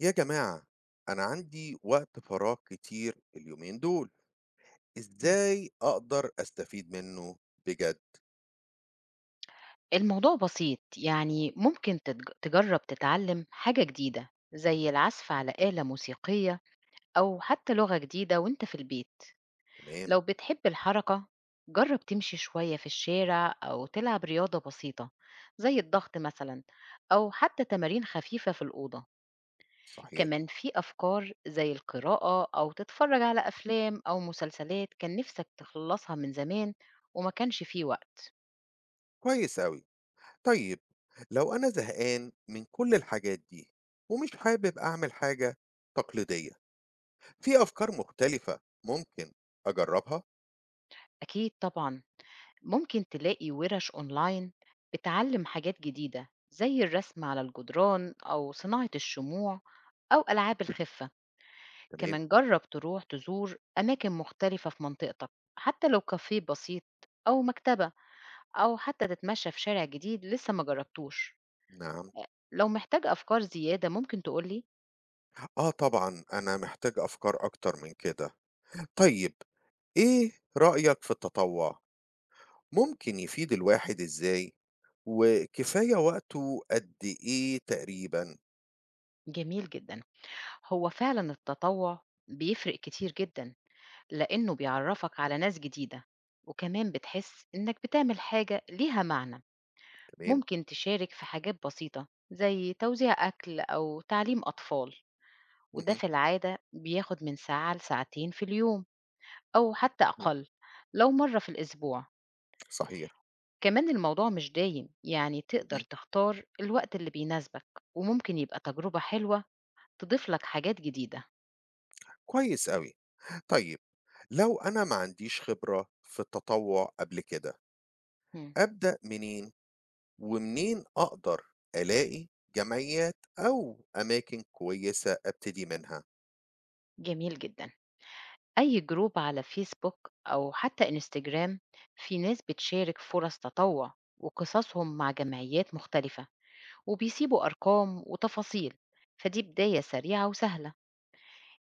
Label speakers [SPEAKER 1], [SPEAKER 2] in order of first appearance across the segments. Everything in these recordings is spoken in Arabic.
[SPEAKER 1] يا جماعة، أنا عندي وقت فراغ كتير اليومين دول.
[SPEAKER 2] إمم.
[SPEAKER 1] إزاي أقدر أستفيد منه؟ بجد.
[SPEAKER 2] الموضوع بسيط، يعني ممكن تجرّب تتعلّم حاجة جديدة، زي العزف على آلة موسيقية أو حتى لغة جديدة وأنت في البيت.
[SPEAKER 1] تمام.
[SPEAKER 2] لو بتحب الحركة، جرّب تمشي شوية في الشارع أو تلعب رياضة بسيطة زي الضغط مثلًا أو حتى تمارين خفيفة في الأوضة.
[SPEAKER 1] صحيح.
[SPEAKER 2] كمان في أفكار زي القراءة أو تتفرّج على أفلام أو مسلسلات كان نِفْسك تخلّصها من زمان وما كانش في وقت.
[SPEAKER 1] كويس أوي. طيب، لو أنا زهقان من كل الحاجات دي ومش حابب أعمل حاجة تقليدية، في أفكار مختلفة ممكن أجربها؟
[SPEAKER 2] أكيد طبعًا. ممكن تلاقي ورش أونلاين بتعلم حاجات جديدة زي الرسم على الجدران أو صناعة الشموع أو ألعاب الخفة.
[SPEAKER 1] تمام.
[SPEAKER 2] كمان جرب تروح تزور أماكن مختلفة في منطقتك حتى لو كافيه بسيط أو مكتبة أو حتى تتمشى في شارع جديد لسه ما جربتوش.
[SPEAKER 1] نعم.
[SPEAKER 2] لو محتاج أفكار زيادة ممكن تقولي.
[SPEAKER 1] آه طبعا، أنا محتاج أفكار أكتر من كده. طيب، إيه رأيك في التطوع؟ ممكن يفيد الواحد إزاي، وكفاية وقته قد إيه تقريبًا؟
[SPEAKER 2] جميل جدا، هو فعلا التطوع بيفرق كتير جدا، لأنه بيعرّفك على ناس جديدة، وكمان بتحس إنك بتعمل حاجة ليها معنى،
[SPEAKER 1] تمام،
[SPEAKER 2] ممكن تشارك في حاجات بسيطة زي توزيع أكل أو تعليم أطفال، وده
[SPEAKER 1] اهم،
[SPEAKER 2] في العادة بياخد من ساعة لساعتين في اليوم أو حتى
[SPEAKER 1] إمم،
[SPEAKER 2] أقل لو مرة في الأسبوع،
[SPEAKER 1] صحيح،
[SPEAKER 2] كمان الموضوع مش دايم، يعني تقدر
[SPEAKER 1] اهم،
[SPEAKER 2] تختار الوقت اللي بيناسبك، وممكن يبقى تجربة حلوة تضيف لك حاجات جديدة.
[SPEAKER 1] كويس أوي. طيب، لو أنا ما عنديش خبرة في التطوع قبل كده،
[SPEAKER 2] إمم،
[SPEAKER 1] أبدأ منين، ومنين أقدر ألاقي جمعيات أو أماكن كويسة أبتدي منها؟
[SPEAKER 2] جميل جدًا. أي جروب على فيسبوك أو حتى إنستجرام في ناس بتشارك فرص تطوع وقصصهم مع جمعيات مختلفة وبيسيبوا أرقام وتفاصيل، فدي بداية سريعة وسهلة.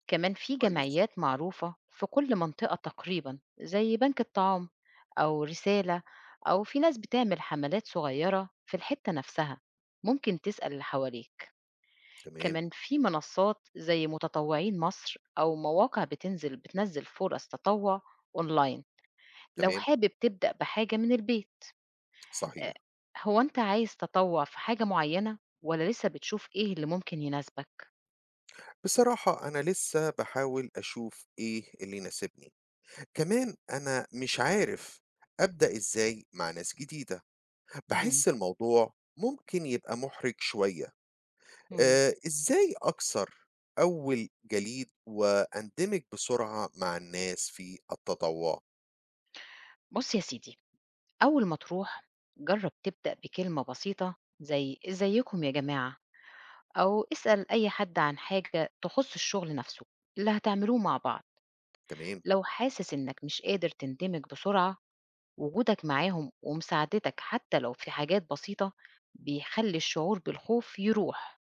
[SPEAKER 2] كمان في
[SPEAKER 1] كويس.
[SPEAKER 2] جمعيات معروفة في كل منطقة تقريبا زي بنك الطعام أو رسالة، أو في ناس بتعمل حملات صغيرة في الحتة نفسها، ممكن تسأل اللي حواليك.
[SPEAKER 1] تمام.
[SPEAKER 2] كمان في منصات زي متطوعين مصر أو مواقع بتنزل فرص تطوع أونلاين لو
[SPEAKER 1] تمام.
[SPEAKER 2] حابب تبدأ بحاجة من البيت. آه،
[SPEAKER 1] صحيح.
[SPEAKER 2] هو أنت عايز تطوع في حاجة معينة ولا لسه بتشوف إيه اللي ممكن يناسبك؟
[SPEAKER 1] بصراحة أنا لسه باحاول أشوف إيه اللي يناسبني. كمان أنا مش عارف أبدأ إزاي مع ناس جديدة.
[SPEAKER 2] مم.
[SPEAKER 1] باحس الموضوع ممكن يبقى محرج شوية.
[SPEAKER 2] مم.
[SPEAKER 1] آه، إزاي أكسر أول جليد وأندمج بسرعة مع الناس في التطوع؟
[SPEAKER 2] بص يا سيدي، أول ما تروح جرب تبدأ بكلمة بسيطة زي إزيكم يا جماعة، أو اسأل أي حد عن حاجة تخص الشغل نفسه اللي هتعملوه مع بعض.
[SPEAKER 1] تمام.
[SPEAKER 2] لو حاسس إنك مش قادر تندمج بسرعة، وجودك معاهم ومساعدتك حتى لو في حاجات بسيطة بيخلي الشعور بالخوف يروح.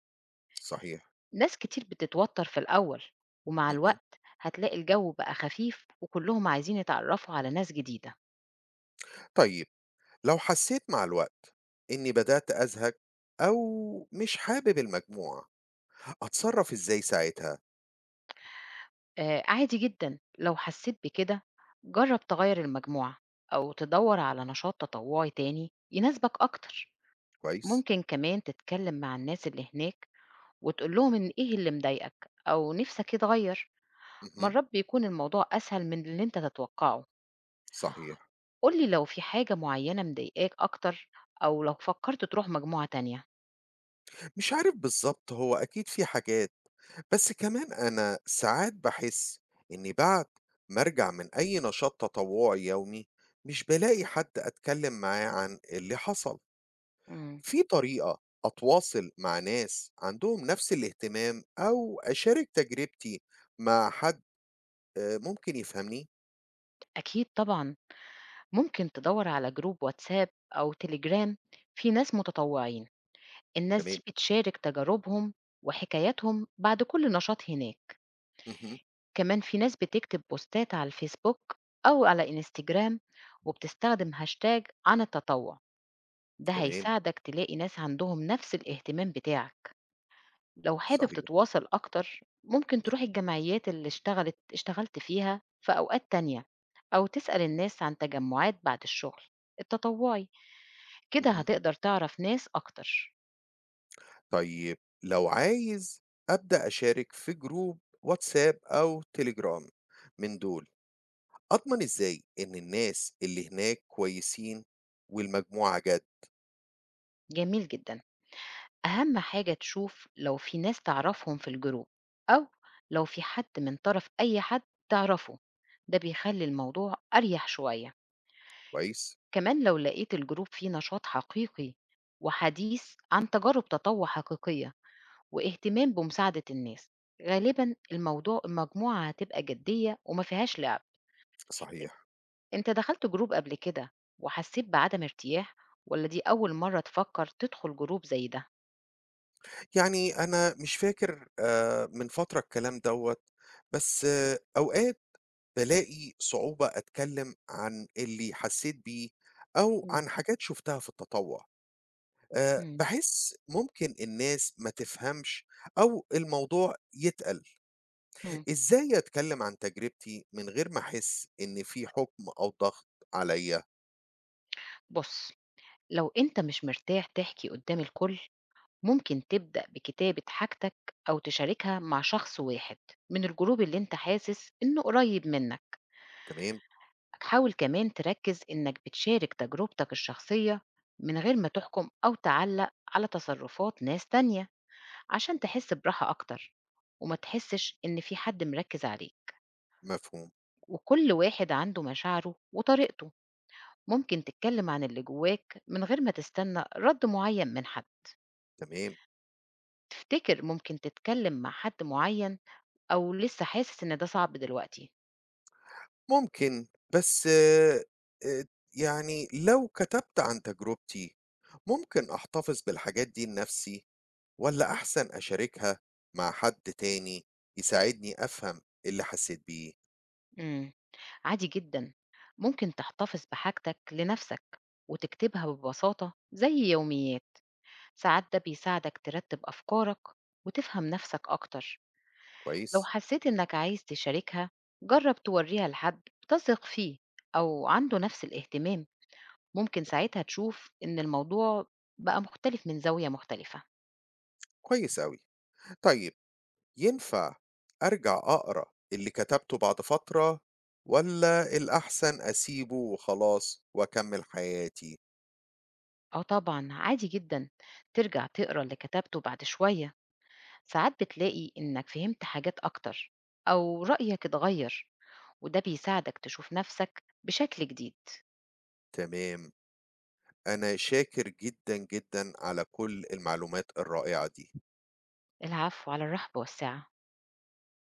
[SPEAKER 1] صحيح.
[SPEAKER 2] ناس كتير بتتوتر في الأول، ومع
[SPEAKER 1] مهم.
[SPEAKER 2] الوقت هتلاقي الجو بقى خفيف وكلهم عايزين يتعرفوا على ناس جديدة.
[SPEAKER 1] طيب، لو حسيت مع الوقت إني بدأت أزهق أو مش حابب المجموعة، أتصرف إزاي ساعتها؟
[SPEAKER 2] آه عادي جدا لو حسيت بكده، جرب تغير المجموعة أو تدور على نشاط تطوعي تاني يناسبك أكتر.
[SPEAKER 1] كويس.
[SPEAKER 2] ممكن كمان تتكلم مع الناس اللي هناك وتقول لهم إن إيه اللي مضايقك أو نفسك يتغير.
[SPEAKER 1] مهم.
[SPEAKER 2] مرات بيكون الموضوع أسهل من اللي أنت تتوقعه.
[SPEAKER 1] صحيح.
[SPEAKER 2] قولي لو في حاجة معينة مضايقاك أكتر، أو لو فكرت تروح مجموعة تانية.
[SPEAKER 1] مش عارف بالظبط، هو أكيد في حاجات، بس كمان أنا ساعات باحس إني بعد ما أرجع من أي نشاط تطوعي يومي، مش بالاقي حد أتكلم معاه عن اللي حصل.
[SPEAKER 2] مم.
[SPEAKER 1] في طريقة أتواصل مع ناس عندهم نفس الاهتمام أو أشارك تجربتي مع حد ممكن يفهمني؟
[SPEAKER 2] أكيد طبعا، ممكن تدور على جروب واتساب أو تليجرام، في ناس متطوعين، الناس
[SPEAKER 1] تمام،
[SPEAKER 2] دي بتشارك تجاربهم وحكاياتهم بعد كل نشاط هناك.
[SPEAKER 1] اهم،
[SPEAKER 2] كمان في ناس بتكتب بوستات على الفيسبوك أو على إنستجرام وبتستخدم هاشتاج عن التطوع، ده
[SPEAKER 1] تمام،
[SPEAKER 2] هيساعدك تلاقي ناس عندهم نفس الاهتمام بتاعك. لو حابب
[SPEAKER 1] صحيح،
[SPEAKER 2] تتواصل أكتر ممكن تروح
[SPEAKER 1] اهم،
[SPEAKER 2] الجمعيات اللي اشتغلت فيها في أوقات تانية، أو تسأل الناس عن تجمعات بعد الشغل التطوعي، كده
[SPEAKER 1] اهم.
[SPEAKER 2] هتقدر تعرف ناس أكتر.
[SPEAKER 1] طيب، لو عايز أبدأ أشارك في جروب واتساب أو تليجرام من دول، أضمن إزاي إن الناس اللي هناك كويسين والمجموعة جد؟
[SPEAKER 2] جميل جدا، أهم حاجة تشوف لو في ناس تعرفهم في الجروب، أو لو في حد من طرف أي حد تعرفه، ده بيخلي الموضوع أريح شوية.
[SPEAKER 1] كويس؟
[SPEAKER 2] كمان لو لقيت الجروب فيه نشاط حقيقي وحديث عن تجارب تطوع حقيقية واهتمام بمساعدة الناس، غالبا الموضوع المجموعة هتبقى جدية وما فيهاش لعب.
[SPEAKER 1] صحيح.
[SPEAKER 2] انت دخلت جروب قبل كده وحسيت بعدم ارتياح، ولا دي أول مرة تفكر تدخل جروب زي ده؟
[SPEAKER 1] يعني أنا مش فاكر من فترة الكلام دوّة، بس آه، أوقات بالاقي صعوبة أتكلّم عن اللي حسّيت بيه أو
[SPEAKER 2] مم.
[SPEAKER 1] عن حاجات شُفتها في التطوّع.
[SPEAKER 2] مم.
[SPEAKER 1] باحس ممكن الناس ما تفهمش أو الموضوع يتقل.
[SPEAKER 2] مم.
[SPEAKER 1] إزاي أتكلّم عن تجربتي من غير ما أحس إن في حُكم أو ضغط عليّا؟
[SPEAKER 2] بص، لو انت مش مرتاح تحكي قدام الكل ممكن تبدأ بكتابة حاجتك أو تشاركها مع شخص واحد من الجروب اللي انت حاسس انه قريب منك.
[SPEAKER 1] تمام.
[SPEAKER 2] حاول كمان تركز إنك بتشارك تجربتك الشخصية من غير ما تحكم أو تعلق على تصرفات ناس تانية، عشان تحس براحة أكتر وما تحسش إن في حد مركز عليك.
[SPEAKER 1] مفهوم.
[SPEAKER 2] وكل واحد عنده مشاعره وطريقته، ممكن تتكلم عن اللي جواك من غير ما تستنى رد معين من حد.
[SPEAKER 1] تمام.
[SPEAKER 2] تفتكر ممكن تتكلم مع حد معين، أو لسه حاسس إن ده صعب دلوقتي؟
[SPEAKER 1] ممكن، بس يعني لو كتبت عن تجربتي، ممكن أحتفظ بالحاجات دي لنفسي والّا أحسن أشاركها مع حد تاني يساعدني أفهم اللي حسيت بيه؟
[SPEAKER 2] مم. عادي جدًا، ممكن تحتفظ بحاجتك لنفسك وتكتبها ببساطة زي يوميات، ساعات ده بيساعدك ترتب أفكارك وتفهم نفسك أكتر. لو
[SPEAKER 1] كويس؟
[SPEAKER 2] حسيت إنك عايز تشاركها، جرب توريها لحد بتثق فيه أو عنده نفس الاهتمام، ممكن ساعتها تشوف إن الموضوع بقى مختلف من زاوية مختلفة.
[SPEAKER 1] كويس أوي. طيب، ينفع أرجع أقرا اللي كتبته بعد فترة والّا الأحسن أسيبه وخلاص وأكمّل حياتي؟
[SPEAKER 2] آه طبعًا، عادي جدًا ترجع تقرا اللي كتبته بعد شوية، ساعات بتلاقي إنك فهمت حاجات أكتر أو رأيك اتغير، وده بيساعدك تشوف نفسك بشكل جديد.
[SPEAKER 1] تمام، أنا شاكر جدًا، جدًا على كل المعلومات الرائعة دي.
[SPEAKER 2] العفو، على الرحب والسعة.